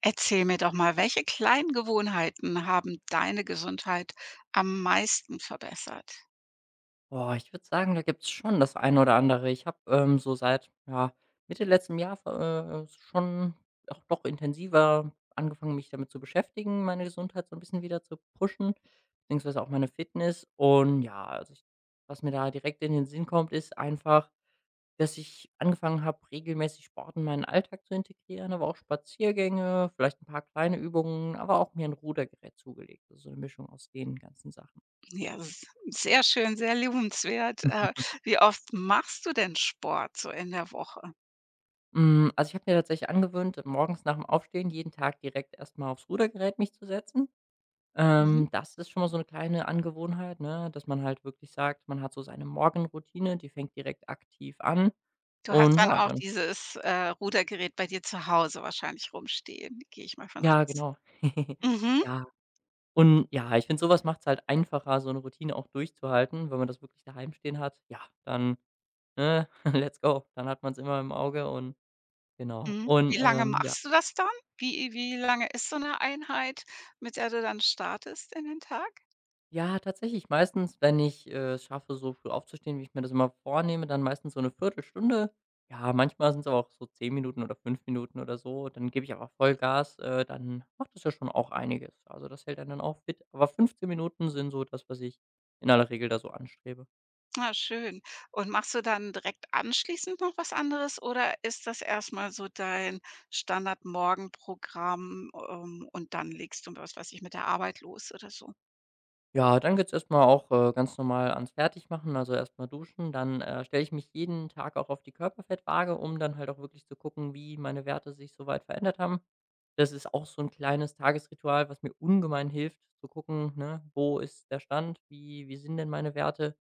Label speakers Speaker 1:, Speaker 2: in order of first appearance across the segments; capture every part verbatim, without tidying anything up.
Speaker 1: Erzähl mir doch mal, welche kleinen Gewohnheiten haben deine Gesundheit am meisten verbessert?
Speaker 2: Boah, ich würde sagen, da gibt's schon das eine oder andere. Ich habe, ähm, so seit, ja, Mitte letzten Jahr ver äh, schon auch doch intensiver angefangen, mich damit zu beschäftigen, meine Gesundheit so ein bisschen wieder zu pushen, beziehungsweise auch meine Fitness. Und ja, also ich was mir da direkt in den Sinn kommt, ist einfach, dass ich angefangen habe, regelmäßig Sport in meinen Alltag zu integrieren, aber auch Spaziergänge, vielleicht ein paar kleine Übungen, aber auch mir ein Rudergerät zugelegt. Also so eine Mischung aus den ganzen Sachen.
Speaker 1: Ja, s sehr schön, sehr lobenswert. Äh, wie oft machst du denn Sport so in der Woche?
Speaker 2: Hm, also, ich habe mir tatsächlich angewöhnt, morgens nach dem Aufstehen jeden Tag direkt erst mal aufs Rudergerät mich zu setzen.
Speaker 1: Mhm.
Speaker 2: Ähm, das ist schon mal so eine kleine Angewohnheit, ne, dass man halt wirklich sagt, man hat so seine Morgenroutine, die fängt direkt aktiv an
Speaker 1: Du hast
Speaker 2: und
Speaker 1: dann
Speaker 2: ja,
Speaker 1: auch
Speaker 2: dann
Speaker 1: dieses, äh, Rudergerät bei dir zu Hause wahrscheinlich rumstehen, gehe ich mal von
Speaker 2: ja,
Speaker 1: aus.
Speaker 2: genau.
Speaker 1: Mhm,
Speaker 2: Ja, und ja, ich finde, sowas macht es halt einfacher, so eine Routine auch durchzuhalten, wenn man das wirklich daheim stehen hat. Ja, dann, ne, let's go. Dann hat man es immer im Auge und genau.
Speaker 1: mhm. Wie
Speaker 2: Und,
Speaker 1: lange
Speaker 2: ähm, ja.
Speaker 1: machst du das dann? Wie wie lange ist so eine Einheit, mit der du dann startest in den Tag?
Speaker 2: Ja, tatsächlich meistens, wenn ich, äh, es schaffe, so früh aufzustehen, wie ich mir das immer vornehme, dann meistens so eine Viertelstunde. Ja, manchmal sind es aber auch so zehn Minuten oder fünf Minuten oder so. Dann gebe ich aber Vollgas, äh, dann macht das ja schon auch einiges. Also, das hält einen dann auch fit. Aber fünfzehn Minuten sind so das, was ich in aller Regel da so anstrebe.
Speaker 1: Na schön. Und machst du dann direkt anschließend noch was anderes oder ist das erstmal so dein Standardmorgenprogramm, ähm, und dann legst du, was weiß ich, mit der Arbeit los oder so?
Speaker 2: Ja, dann geht's erstmal auch, äh, ganz normal ans Fertigmachen, also erstmal duschen. Dann, äh, stelle ich mich jeden Tag auch auf die Körperfettwaage, um dann halt auch wirklich zu gucken, wie meine Werte sich soweit verändert haben. Das ist auch so ein kleines Tagesritual, was mir ungemein hilft, zu gucken, ne, wo ist der Stand, wie wie sind denn meine Werte?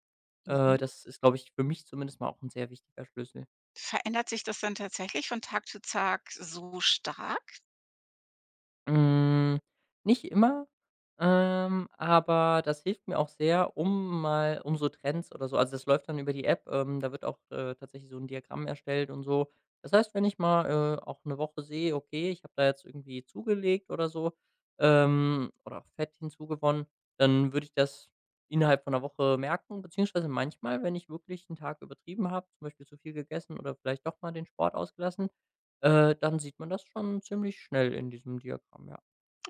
Speaker 2: Äh,
Speaker 1: Mhm.
Speaker 2: das ist, glaube ich, für mich zumindest mal auch ein sehr wichtiger Schlüssel.
Speaker 1: Verändert sich das dann tatsächlich von Tag zu Tag so stark?
Speaker 2: Hm, nicht immer, ähm, aber das hilft mir auch sehr, um mal um so Trends oder so, also, das läuft dann über die App, ähm, da wird auch, äh, tatsächlich so ein Diagramm erstellt und so. Das heißt, wenn ich mal, äh, auch eine Woche sehe, okay, ich habe da jetzt irgendwie zugelegt oder so, ähm, oder auch Fett hinzugewonnen, dann würde ich das innerhalb von 'ner Woche merken, beziehungsweise manchmal, wenn ich wirklich einen Tag übertrieben habe, zum Beispiel zu viel gegessen oder vielleicht doch mal den Sport ausgelassen, äh, dann sieht man das schon ziemlich schnell in diesem Diagramm, ja.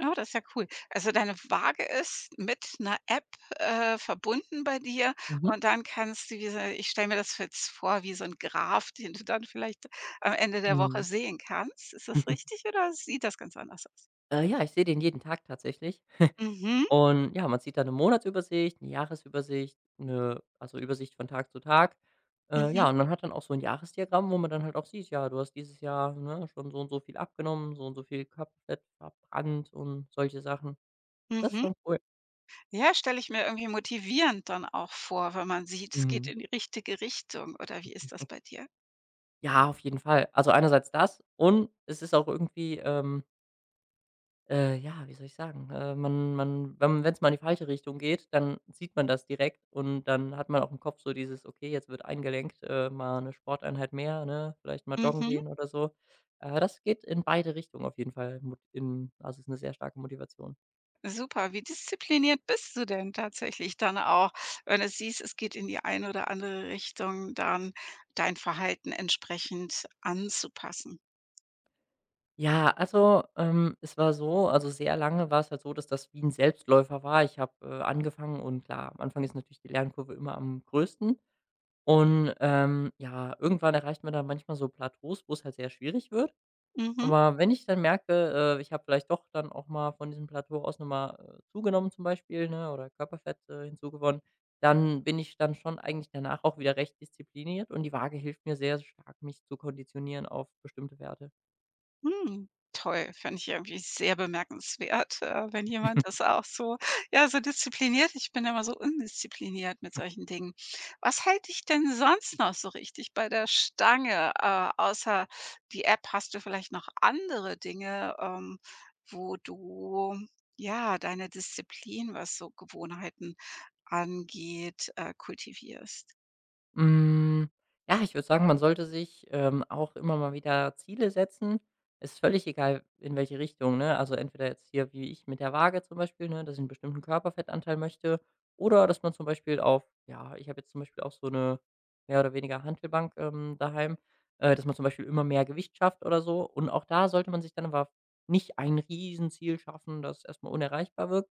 Speaker 1: Oh, das ist ja cool. Also, deine Waage ist mit einer App, äh, verbunden bei dir
Speaker 2: Mhm.
Speaker 1: und dann kannst du diese, ich stelle mir das jetzt vor wie so ein Graph, den du dann vielleicht am Ende der Woche
Speaker 2: Mhm.
Speaker 1: sehen kannst. Ist das richtig oder sieht das ganz anders aus?
Speaker 2: Äh, ja, ich sehe den jeden Tag tatsächlich.
Speaker 1: Mhm,
Speaker 2: Und ja, man sieht da eine Monatsübersicht, eine Jahresübersicht, eine, also, Übersicht von Tag zu Tag. Äh,
Speaker 1: mhm,
Speaker 2: ja, und man hat dann auch so ein Jahresdiagramm, wo man dann halt auch sieht, ja, du hast dieses Jahr, ne, schon so und so viel abgenommen, so und so viel Körperfett verbrannt und solche Sachen. Das ist
Speaker 1: mhm.
Speaker 2: schon cool.
Speaker 1: Ja, stelle ich mir irgendwie motivierend dann auch vor, wenn man sieht, es geht
Speaker 2: Mhm.
Speaker 1: in die richtige Richtung, oder wie ist das bei dir?
Speaker 2: Ja, auf jeden Fall. Also, einerseits das und es ist auch irgendwie, ähm Äh, ja, wie soll ich sagen? Äh, man man wenn es mal in die falsche Richtung geht, dann sieht man das direkt und dann hat man auch im Kopf so dieses: „Okay, jetzt wird eingelenkt, äh, mal eine Sporteinheit mehr“, ne? Vielleicht mal joggen
Speaker 1: Mhm,
Speaker 2: gehen oder so. Äh, das geht in beide Richtungen auf jeden Fall, mot in also, ist eine sehr starke Motivation.
Speaker 1: super. Wie diszipliniert bist du denn tatsächlich dann auch, wenn du siehst, es geht in die eine oder andere Richtung, dann dein Verhalten entsprechend anzupassen?
Speaker 2: Ja, also, ähm, es war so, also, sehr lange war es halt so, dass das wie ein Selbstläufer war. Ich habe, äh, angefangen und klar, am Anfang ist natürlich die Lernkurve immer am größten und, ähm, ja, irgendwann erreicht man dann manchmal so Plateaus, wo es halt sehr schwierig wird.
Speaker 1: Mhm.
Speaker 2: Aber wenn ich dann merke, äh, ich habe vielleicht doch dann auch mal von diesem Plateau aus noch mal, äh, zugenommen zum Beispiel, ne, oder Körperfett, äh, hinzugewonnen, dann bin ich dann schon eigentlich danach auch wieder recht diszipliniert und die Waage hilft mir sehr stark, mich zu konditionieren auf bestimmte Werte.
Speaker 1: Hm, toll, finde ich irgendwie sehr bemerkenswert, äh, wenn jemand das auch so ja, so diszipliniert, ich bin immer so undiszipliniert mit solchen Dingen. Was hält dich denn sonst noch so richtig bei der Stange? Äh, außer die App, hast du vielleicht noch andere Dinge, ähm, wo du, ja, deine Disziplin, was so Gewohnheiten angeht, äh, kultivierst?
Speaker 2: Hm, ja, ich würde sagen, man sollte sich, ähm, auch immer mal wieder Ziele setzen. Ist völlig egal, in welche Richtung, ne? Also, entweder jetzt hier wie ich mit der Waage zum Beispiel, ne, dass ich einen bestimmten Körperfettanteil möchte oder dass man zum Beispiel auf, ja, ich habe jetzt zum Beispiel auch so eine mehr oder weniger Hantelbank, ähm, daheim, äh, dass man zum Beispiel immer mehr Gewicht schafft oder so. Und auch da sollte man sich dann aber nicht ein Riesenziel schaffen, das erstmal unerreichbar wirkt,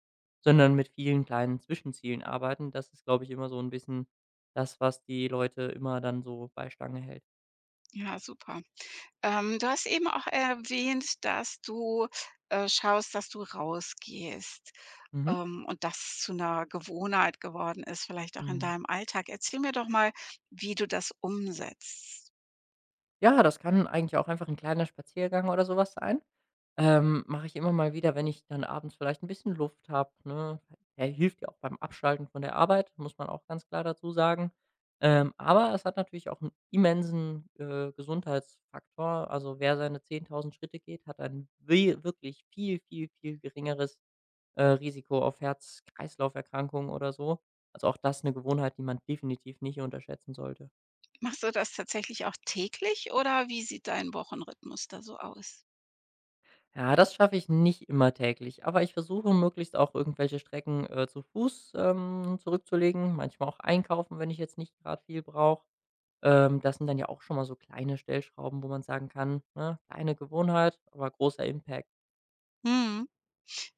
Speaker 2: sondern mit vielen kleinen Zwischenzielen arbeiten. Das ist, glaube ich, immer so ein bisschen das, was die Leute immer dann so bei Stange hält.
Speaker 1: Ja, super. Ähm, du hast eben auch erwähnt, dass du, äh, schaust, dass du rausgehst,
Speaker 2: Mhm.
Speaker 1: ähm, und das zu einer Gewohnheit geworden ist, vielleicht auch in
Speaker 2: Mhm.
Speaker 1: deinem Alltag. Erzähl mir doch mal, wie du das umsetzt.
Speaker 2: Ja, das kann eigentlich auch einfach ein kleiner Spaziergang oder sowas sein. Ähm, mache ich immer mal wieder, wenn ich dann abends vielleicht ein bisschen Luft habe, ne? Er hilft ja auch beim Abschalten von der Arbeit, muss man auch ganz klar dazu sagen. Ähm, aber es hat natürlich auch einen immensen, äh, Gesundheitsfaktor. Also, wer seine zehntausend Schritte geht, hat ein wi wirklich viel, viel, viel geringeres äh, Risiko auf Herz-Kreislauf-Erkrankungen oder so. Also auch das eine Gewohnheit, die man definitiv nicht unterschätzen sollte.
Speaker 1: Machst du das tatsächlich auch täglich oder wie sieht dein Wochenrhythmus da so aus?
Speaker 2: Ja, das schaffe ich nicht immer täglich, aber ich versuche möglichst auch irgendwelche Strecken, äh, zu Fuß, ähm, zurückzulegen, manchmal auch einkaufen, wenn ich jetzt nicht gerade viel brauche. Ähm, das sind dann ja auch schon mal so kleine Stellschrauben, wo man sagen kann, ne, kleine Gewohnheit, aber großer Impact.
Speaker 1: Mhm.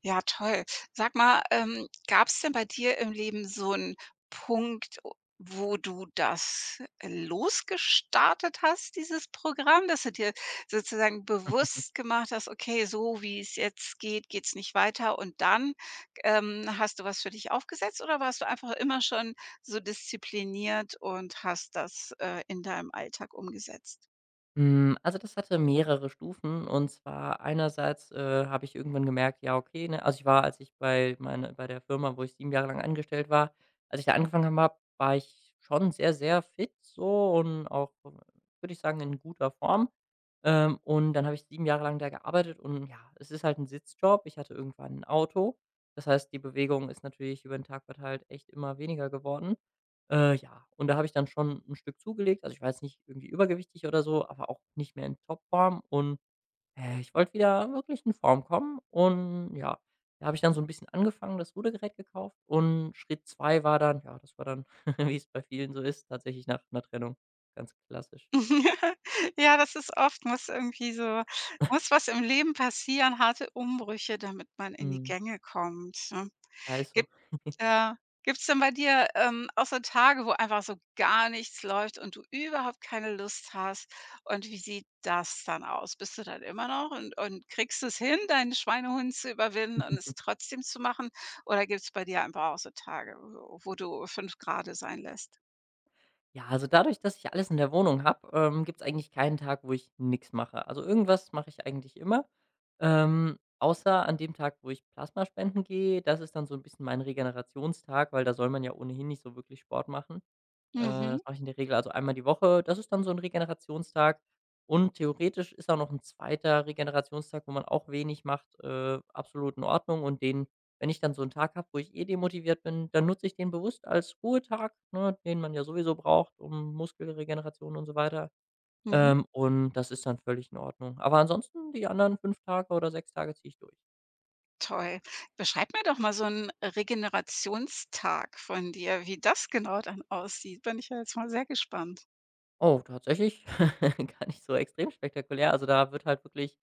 Speaker 1: Ja, toll. Sag mal, ähm, gab es denn bei dir im Leben so 'n Punkt, o wo du das, äh, losgestartet hast, dieses Programm, dass du dir sozusagen bewusst gemacht hast: „Okay, so wie's jetzt geht, geht's nicht weiter.“ Und dann, ähm, hast du was für dich aufgesetzt oder warst du einfach immer schon so diszipliniert und hast das, äh, in deinem Alltag umgesetzt?
Speaker 2: Hm, also, das hatte mehrere Stufen und zwar einerseits, äh, habe ich irgendwann gemerkt, ja, okay, ne, also, ich war, als ich bei meine bei der Firma, wo ich sieben Jahre lang angestellt war, als ich da angefangen habe, war ich schon sehr, sehr fit so und auch, würde ich sagen, in guter Form. Ähm, und dann habe ich sieben Jahre lang da gearbeitet und ja, es ist halt ein Sitzjob. Ich hatte irgendwann ein Auto. Das heißt, die Bewegung ist natürlich über den Tag verteilt echt immer weniger geworden. Äh, ja, und da habe ich dann schon ein Stück zugelegt. Also, ich war jetzt nicht irgendwie übergewichtig oder so, aber auch nicht mehr in Topform und, äh, ich wollte wieder wirklich in Form kommen und ja, da habe ich dann so ein bisschen angefangen, das Rudergerät gekauft und Schritt zwei war dann, ja, das war dann, wie es bei vielen so ist, tatsächlich nach 'ner Trennung. Ganz klassisch.
Speaker 1: Ja, das ist oft, muss irgendwie so muss was im Leben passieren, harte Umbrüche, damit man in die
Speaker 2: Mhm.
Speaker 1: Gänge kommt, ne?
Speaker 2: Ja, ist so.
Speaker 1: Gibt äh, Gibt's denn bei dir, ähm, auch so Tage, wo einfach so gar nichts läuft und du überhaupt keine Lust hast? Und wie sieht das dann aus? Bist du dann immer noch und und kriegst es hin, deinen Schweinehund zu überwinden und es trotzdem zu machen? Oder gibt's bei dir einfach auch so Tage, wo wo du fünf Grade sein lässt?
Speaker 2: Ja, also dadurch, dass ich alles in der Wohnung habe, ähm, gibt's eigentlich keinen Tag, wo ich nix mache. Also irgendwas mache ich eigentlich immer, ähm, außer an dem Tag, wo ich Plasma spenden gehe. Das ist dann so ein bisschen mein Regenerationstag, weil da soll man ja ohnehin nicht so wirklich Sport machen. Äh,
Speaker 1: Mhm,
Speaker 2: Das mache ich in der Regel also einmal die Woche. Das ist dann so ein Regenerationstag und theoretisch ist auch noch ein zweiter Regenerationstag, wo man auch wenig macht, äh, absolut in Ordnung und den wenn ich dann so einen Tag habe, wo ich eh demotiviert bin, dann nutze ich den bewusst als Ruhetag, ne, den man ja sowieso braucht, um Muskelregeneration und so weiter.
Speaker 1: mhm.
Speaker 2: Ähm, und das ist dann völlig in Ordnung. Aber ansonsten die anderen fünf Tage oder sechs Tage ziehe ich durch.
Speaker 1: Toll. Beschreib mir doch mal so einen Regenerationstag von dir, wie das genau dann aussieht. Bin ich ja jetzt mal sehr gespannt.
Speaker 2: Oh, tatsächlich gar nicht so extrem spektakulär. Also, da wird halt wirklich,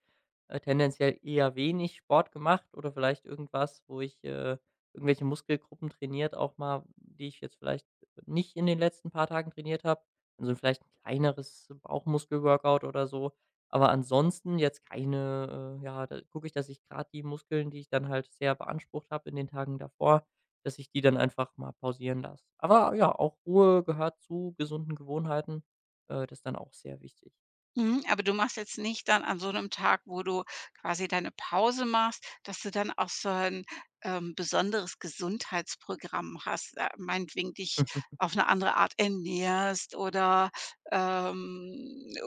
Speaker 2: äh, tendenziell eher wenig Sport gemacht oder vielleicht irgendwas, wo ich, äh irgendwelche Muskelgruppen trainiert auch mal, die ich jetzt vielleicht nicht in den letzten paar Tagen trainiert habe. Also, vielleicht ein kleineres Bauchmuskel-Workout oder so. Aber ansonsten jetzt keine, äh ja, da gucke ich, dass ich gerade die Muskeln, die ich dann halt sehr beansprucht habe in den Tagen davor, dass ich die dann einfach mal pausieren lasse. Aber ja, auch Ruhe gehört zu gesunden Gewohnheiten. Äh, das ist dann auch sehr wichtig.
Speaker 1: Mhm, aber du machst jetzt nicht dann an so einem Tag, wo du quasi deine Pause machst, dass du dann auch so ein, ähm, besonderes Gesundheitsprogramm hast, äh, meinetwegen dich
Speaker 2: Mhm.
Speaker 1: auf eine andere Art ernährst oder, ähm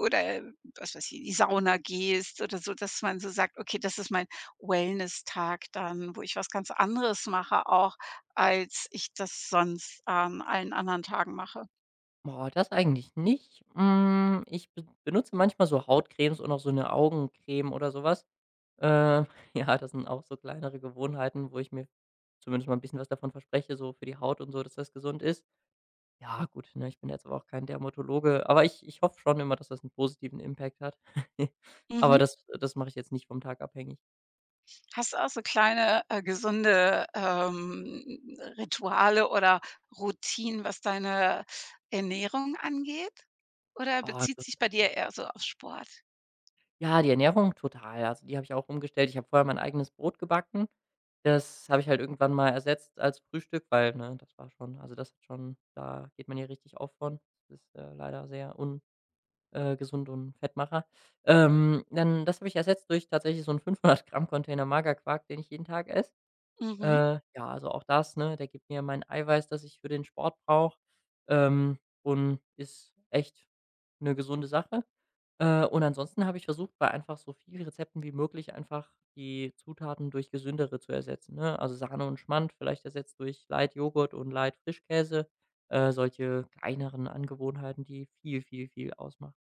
Speaker 1: oder was weiß ich, in die Sauna gehst oder so, dass man so sagt: „Okay, das ist mein Wellness-Tag dann, wo ich was ganz anderes mache auch, als ich das sonst an allen anderen Tagen mache.“
Speaker 2: Boah, das eigentlich nicht. Hm, ich be benutze manchmal so Hautcremes und auch so eine Augencreme oder sowas. Äh, ja, das sind auch so kleinere Gewohnheiten, wo ich mir zumindest mal ein bisschen was davon verspreche, so für die Haut und so, dass das gesund ist. Ja gut, ne, ich bin jetzt aber auch kein Dermatologe, aber ich ich hoffe schon immer, dass das einen positiven Impact hat.
Speaker 1: Mhm.
Speaker 2: Aber das das mache ich jetzt nicht vom Tag abhängig.
Speaker 1: Hast du auch so kleine, äh, gesunde, ähm, Rituale oder Routinen, was deine Ernährung angeht? Oder
Speaker 2: Ah,
Speaker 1: bezieht sich bei dir eher so auf Sport?
Speaker 2: ja, die Ernährung total. Also, die habe ich auch umgestellt. Ich habe vorher mein eigenes Brot gebacken. Das habe ich halt irgendwann mal ersetzt als Frühstück, weil, ne, das war schon, also, das hat schon, da geht man ja richtig auf von. Das ist, äh, leider sehr un äh, gesund und Fettmacher. Ähm, dann das habe ich ersetzt durch tatsächlich so 'n fünfhundert Gramm Container Magerquark, den ich jeden Tag esse.
Speaker 1: Mhm.
Speaker 2: Äh, ja, also auch das, ne? Der gibt mir mein Eiweiß, das ich für den Sport brauche, ähm, und ist echt eine gesunde Sache. Äh, und ansonsten habe ich versucht, bei einfach so vielen Rezepten wie möglich einfach die Zutaten durch gesündere zu ersetzen, ne? Also Sahne und Schmand vielleicht ersetzt durch Light Joghurt und Light Frischkäse, äh, solche kleineren Angewohnheiten, die viel, viel, viel ausmachen.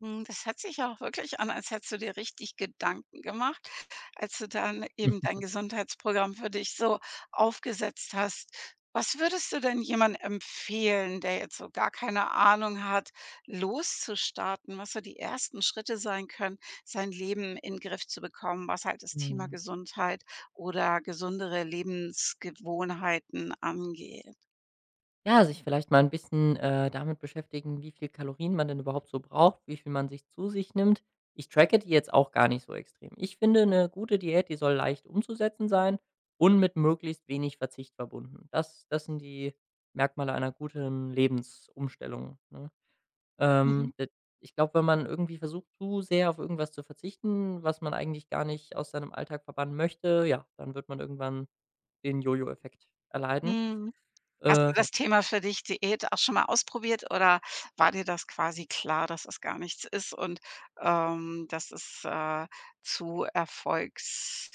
Speaker 1: Hm, das hört sich auch wirklich an, als hättest du dir richtig Gedanken gemacht, als du dann eben dein
Speaker 2: Mhm.
Speaker 1: Gesundheitsprogramm für dich so aufgesetzt hast. Was würdest du denn jemandem empfehlen, der jetzt so gar keine Ahnung hat, loszustarten, was so die ersten Schritte sein können, sein Leben in den Griff zu bekommen, was halt das Thema
Speaker 2: Mhm.
Speaker 1: Gesundheit oder gesundere Lebensgewohnheiten angeht?
Speaker 2: Ja, sich vielleicht mal ein bisschen, äh, damit beschäftigen, wie viel Kalorien man denn überhaupt so braucht, wie viel man sich zu sich nimmt. Ich tracke die jetzt auch gar nicht so extrem. Ich finde, eine gute Diät, die soll leicht umzusetzen sein und mit möglichst wenig Verzicht verbunden. Das das sind die Merkmale einer guten Lebensumstellung, ne?
Speaker 1: Mhm.
Speaker 2: Ähm, d ich glaube, wenn man irgendwie versucht, zu sehr auf irgendwas zu verzichten, was man eigentlich gar nicht aus seinem Alltag verbannen möchte, ja, dann wird man irgendwann den Jojo-Effekt erleiden.
Speaker 1: Mhm. Hast du
Speaker 2: Äh,
Speaker 1: das Thema für dich Diät auch schon mal ausprobiert oder war dir das quasi klar, dass das gar nichts ist und, ähm, dass es, äh, zu Erfolgs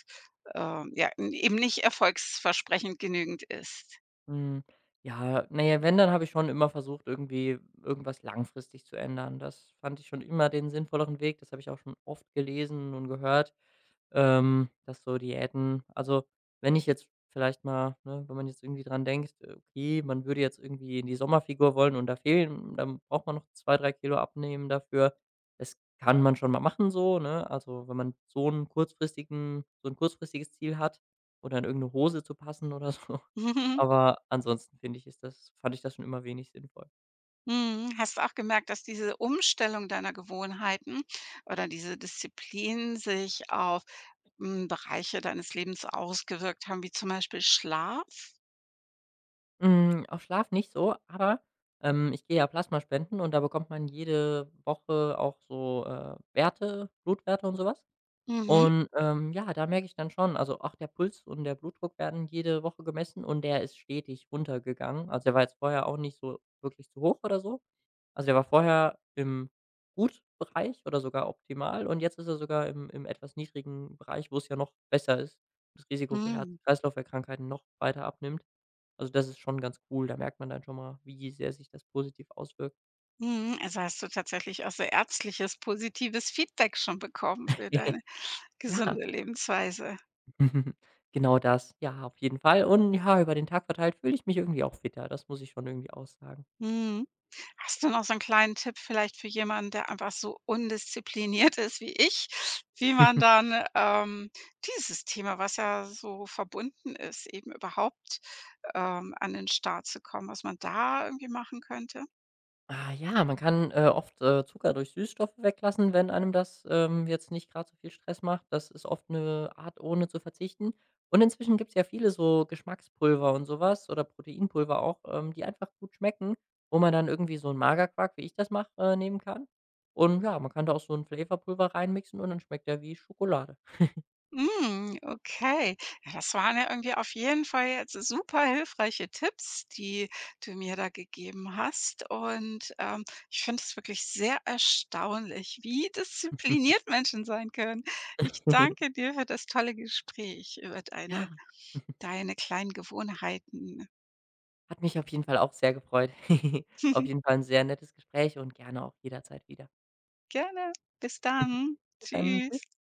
Speaker 1: ähm, ja, n- eben nicht erfolgsversprechend genügend ist?
Speaker 2: Hm, ja, naja, wenn, dann habe ich schon immer versucht, irgendwie irgendwas langfristig zu ändern. Das fand ich schon immer den sinnvolleren Weg. Das habe ich auch schon oft gelesen und gehört. Ähm, dass so Diäten also, wenn ich jetzt vielleicht mal ne, wenn man jetzt irgendwie dran denkt, äh, okay, man würde jetzt irgendwie in die Sommerfigur wollen und da fehlen dann braucht man noch zwei drei Kilo abnehmen dafür. Das kann man schon mal machen so, ne? Also, wenn man so 'n kurzfristigen so ein kurzfristiges Ziel hat oder in irgendeine Hose zu passen oder so.
Speaker 1: Mhm,
Speaker 2: Aber ansonsten finde ich, ist das fand ich das schon immer wenig sinnvoll.
Speaker 1: mhm. Hast du auch gemerkt, dass diese Umstellung deiner Gewohnheiten oder diese Disziplin sich auf, hm, Bereiche deines Lebens ausgewirkt haben, wie zum Beispiel Schlaf?
Speaker 2: Hm, auf Schlaf nicht so, aber, ähm, ich gehe ja Plasma spenden und da bekommt man jede Woche auch so, äh, Werte, Blutwerte und sowas.
Speaker 1: Mhm,
Speaker 2: Und, ähm, ja, da merke ich dann schon also, auch der Puls und der Blutdruck werden jede Woche gemessen und der ist stetig runtergegangen. Also, der war jetzt vorher auch nicht so wirklich zu hoch oder so. Also, der war vorher im Gut-Bereich oder sogar optimal und jetzt ist er sogar im im etwas niedrigen Bereich, wo es ja noch besser ist, das Risiko für
Speaker 1: mhm.
Speaker 2: Herz-Kreislauf-Erkrankheiten noch weiter abnimmt. Also, das ist schon ganz cool. Da merkt man dann schon mal, wie sehr sich das positiv auswirkt.
Speaker 1: Mhm, also hast du tatsächlich auch so ärztliches positives Feedback schon bekommen für deine
Speaker 2: Ja.
Speaker 1: gesunde Lebensweise.
Speaker 2: Mhm. Genau das. Ja, auf jeden Fall. Und ja, über den Tag verteilt fühle ich mich irgendwie auch fitter. Das muss ich schon irgendwie aussagen.
Speaker 1: Mhm. Hast du noch so einen kleinen Tipp vielleicht für jemanden, der einfach so undiszipliniert ist wie ich, wie man dann, ähm, dieses Thema, was ja so verbunden ist, eben überhaupt, ähm, an den Start zu kommen, was man da irgendwie machen könnte?
Speaker 2: Ah ja, man kann, äh, oft, äh, Zucker durch Süßstoffe weglassen, wenn einem das, ähm, jetzt nicht gerade so viel Stress macht. Das ist oft eine Art, ohne zu verzichten. Und inzwischen gibt es ja viele so Geschmackspulver und sowas oder Proteinpulver auch, ähm, die einfach gut schmecken, wo man dann irgendwie so 'n Magerquark, wie ich das mache, äh, nehmen kann. Und ja, man kann da auch so ein Flavorpulver reinmixen und dann schmeckt der wie Schokolade.
Speaker 1: Hm, okay. Ja, das waren ja irgendwie auf jeden Fall jetzt super hilfreiche Tipps, die du mir da gegeben hast. Und, ähm, ich finde es wirklich sehr erstaunlich, wie diszipliniert Menschen sein können. Ich danke dir für das tolle Gespräch über deine
Speaker 2: Ja.
Speaker 1: deine kleinen Gewohnheiten.
Speaker 2: Hat mich auf jeden Fall auch sehr gefreut. Auf jeden Fall ein sehr nettes Gespräch und gerne auch jederzeit wieder.
Speaker 1: Gerne. Bis dann.
Speaker 2: Bis dann.
Speaker 1: Tschüss.
Speaker 2: Tschüss.